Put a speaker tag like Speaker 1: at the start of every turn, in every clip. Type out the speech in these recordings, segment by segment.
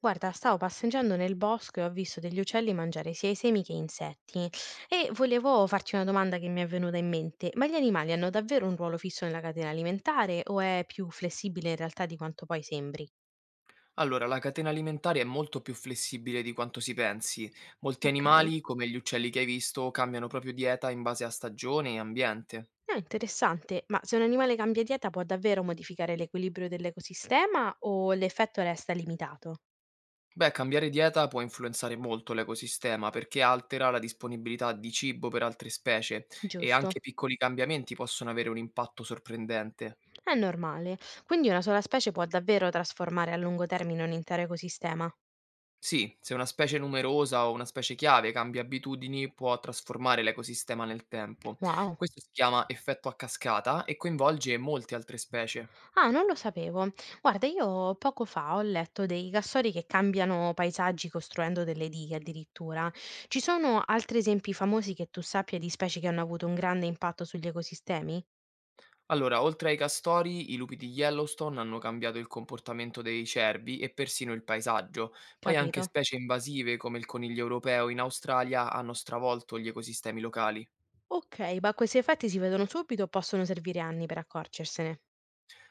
Speaker 1: Guarda, stavo passeggiando nel bosco e ho visto degli uccelli mangiare sia i semi che insetti e volevo farti una domanda che mi è venuta in mente, ma gli animali hanno davvero un ruolo fisso nella catena alimentare o è più flessibile in realtà di quanto poi sembri?
Speaker 2: Allora, la catena alimentare è molto più flessibile di quanto si pensi. Molti
Speaker 1: Ok.
Speaker 2: animali, come gli uccelli che hai visto, cambiano proprio dieta in base a stagione e ambiente.
Speaker 1: È interessante, ma se un animale cambia dieta può davvero modificare l'equilibrio dell'ecosistema o l'effetto resta limitato?
Speaker 2: Beh, cambiare dieta può influenzare molto l'ecosistema perché altera la disponibilità di cibo per altre specie e
Speaker 1: Giusto,
Speaker 2: anche piccoli cambiamenti possono avere un impatto sorprendente.
Speaker 1: è normale, quindi una sola specie può davvero trasformare a lungo termine un intero ecosistema.
Speaker 2: Sì, se una specie numerosa o una specie chiave cambia abitudini, può trasformare l'ecosistema nel tempo.
Speaker 1: Wow.
Speaker 2: Questo si chiama effetto a cascata e coinvolge molte altre specie.
Speaker 1: Ah, non lo sapevo. Guarda, io poco fa ho letto dei castori che cambiano paesaggi costruendo delle dighe addirittura. Ci sono altri esempi famosi che tu sappia di specie che hanno avuto un grande impatto sugli ecosistemi?
Speaker 2: Allora, oltre ai castori, i lupi di Yellowstone hanno cambiato il comportamento dei cervi e persino il paesaggio. Poi anche
Speaker 1: Capito?
Speaker 2: specie invasive come il coniglio europeo in Australia hanno stravolto gli ecosistemi locali.
Speaker 1: Ok, ma questi effetti si vedono subito o possono servire anni per accorgersene?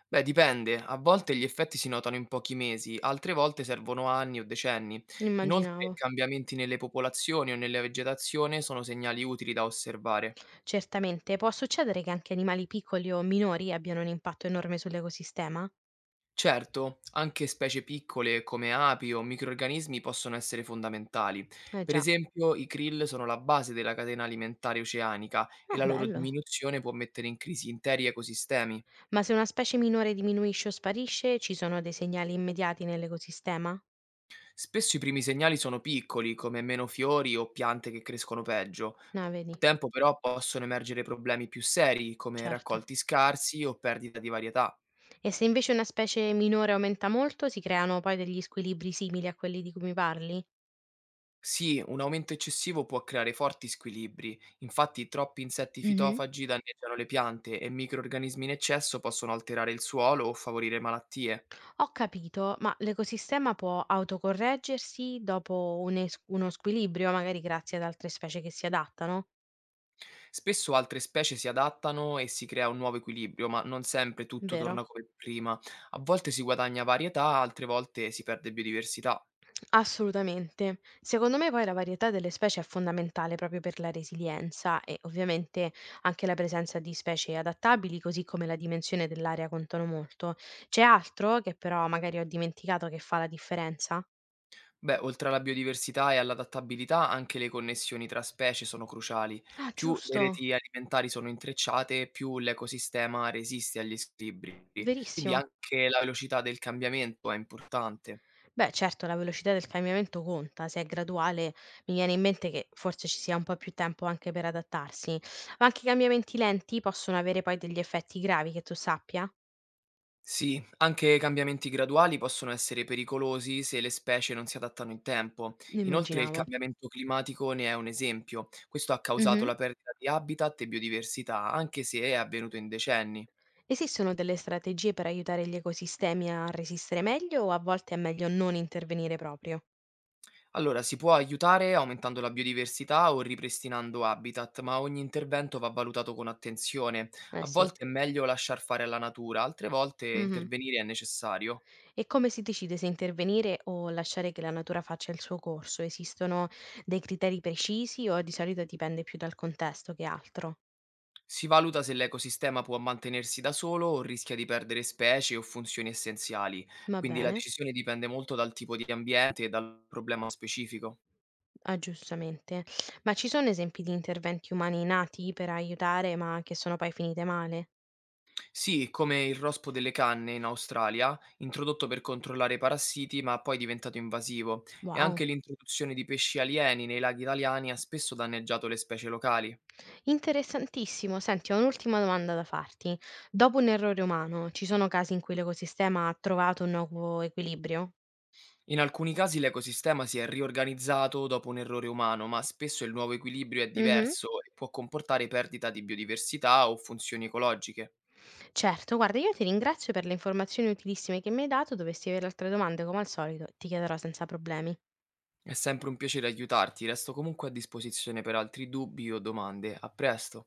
Speaker 2: Beh, dipende, a volte gli effetti si notano in pochi mesi, altre volte servono anni o decenni. Inoltre,
Speaker 1: Immaginavo.
Speaker 2: cambiamenti nelle popolazioni o nella vegetazione sono segnali utili da osservare.
Speaker 1: Certamente, può succedere che anche animali piccoli o minori abbiano un impatto enorme sull'ecosistema?
Speaker 2: Certo, anche specie piccole come api o microrganismi possono essere fondamentali.
Speaker 1: Eh
Speaker 2: Per
Speaker 1: già,
Speaker 2: esempio, i krill sono la base della catena alimentare oceanica
Speaker 1: ma
Speaker 2: e la loro
Speaker 1: bello.
Speaker 2: diminuzione può mettere in crisi interi ecosistemi.
Speaker 1: Ma se una specie minore diminuisce o sparisce, ci sono dei segnali immediati nell'ecosistema?
Speaker 2: Spesso i primi segnali sono piccoli, come meno fiori o piante che crescono peggio.
Speaker 1: Ah,
Speaker 2: Col
Speaker 1: vedi,
Speaker 2: tempo però possono emergere problemi più seri, come
Speaker 1: certo.
Speaker 2: raccolti scarsi o perdita di varietà.
Speaker 1: E se invece una specie minore aumenta molto, si creano poi degli squilibri simili a quelli di cui mi parli?
Speaker 2: Sì, un aumento eccessivo può creare forti squilibri. Infatti, troppi insetti
Speaker 1: Mhm.
Speaker 2: fitofagi danneggiano le piante e microrganismi in eccesso possono alterare il suolo o favorire malattie.
Speaker 1: Ho capito, ma l'ecosistema può autocorreggersi dopo uno squilibrio, magari grazie ad altre specie che si adattano,
Speaker 2: Spesso altre specie si adattano e si crea un nuovo equilibrio, ma non sempre tutto
Speaker 1: vero?
Speaker 2: torna come prima. A volte si guadagna varietà, altre volte si perde biodiversità.
Speaker 1: Assolutamente. Secondo me poi la varietà delle specie è fondamentale proprio per la resilienza e ovviamente anche la presenza di specie adattabili, così come la dimensione dell'area contano molto. C'è altro che però magari ho dimenticato che fa la differenza?
Speaker 2: Beh, oltre alla biodiversità e all'adattabilità, anche le connessioni tra specie sono cruciali.
Speaker 1: Ah,
Speaker 2: Più le
Speaker 1: giusto,
Speaker 2: reti alimentari sono intrecciate, più l'ecosistema resiste agli squilibri. Quindi
Speaker 1: verissimo.
Speaker 2: anche la velocità del cambiamento è importante.
Speaker 1: Beh, certo, la velocità del cambiamento conta, se è graduale mi viene in mente che forse ci sia un po' più tempo anche per adattarsi, ma anche i cambiamenti lenti possono avere poi degli effetti gravi che tu sappia?
Speaker 2: Sì, anche cambiamenti graduali possono essere pericolosi se le specie non si adattano in tempo.
Speaker 1: Ne
Speaker 2: Inoltre il
Speaker 1: immaginavo.
Speaker 2: cambiamento climatico ne è un esempio. Questo ha causato
Speaker 1: Mhm.
Speaker 2: la perdita di habitat e biodiversità, anche se è avvenuto in decenni.
Speaker 1: Esistono delle strategie per aiutare gli ecosistemi a resistere meglio o a volte è meglio non intervenire proprio?
Speaker 2: Allora, si può aiutare aumentando la biodiversità o ripristinando habitat, ma ogni intervento va valutato con attenzione.
Speaker 1: Eh
Speaker 2: A
Speaker 1: sì.
Speaker 2: volte è meglio lasciar fare alla natura, altre volte
Speaker 1: Mh-mh.
Speaker 2: intervenire è necessario.
Speaker 1: E come si decide se intervenire o lasciare che la natura faccia il suo corso? Esistono dei criteri precisi o di solito dipende più dal contesto che altro?
Speaker 2: Si valuta se l'ecosistema può mantenersi da solo o rischia di perdere specie o funzioni essenziali,
Speaker 1: Va
Speaker 2: quindi la
Speaker 1: bene,
Speaker 2: decisione dipende molto dal tipo di ambiente e dal problema specifico.
Speaker 1: ah, giustamente. Ma ci sono esempi di interventi umani nati per aiutare ma che sono poi finite male?
Speaker 2: Sì, come il rospo delle canne in Australia, introdotto per controllare i parassiti, ma poi diventato invasivo, e
Speaker 1: Wow.
Speaker 2: anche l'introduzione di pesci alieni nei laghi italiani ha spesso danneggiato le specie locali.
Speaker 1: Interessantissimo. Senti, ho un'ultima domanda da farti. Dopo un errore umano, ci sono casi in cui l'ecosistema ha trovato un nuovo equilibrio?
Speaker 2: In alcuni casi l'ecosistema si è riorganizzato dopo un errore umano, ma spesso il nuovo equilibrio è
Speaker 1: Mhm.
Speaker 2: diverso e può comportare perdita di biodiversità o funzioni ecologiche.
Speaker 1: Certo, guarda, io ti ringrazio per le informazioni utilissime che mi hai dato. Dovessi avere altre domande, come al solito, ti chiederò senza problemi.
Speaker 2: È sempre un piacere aiutarti, resto comunque a disposizione per altri dubbi o domande. A presto!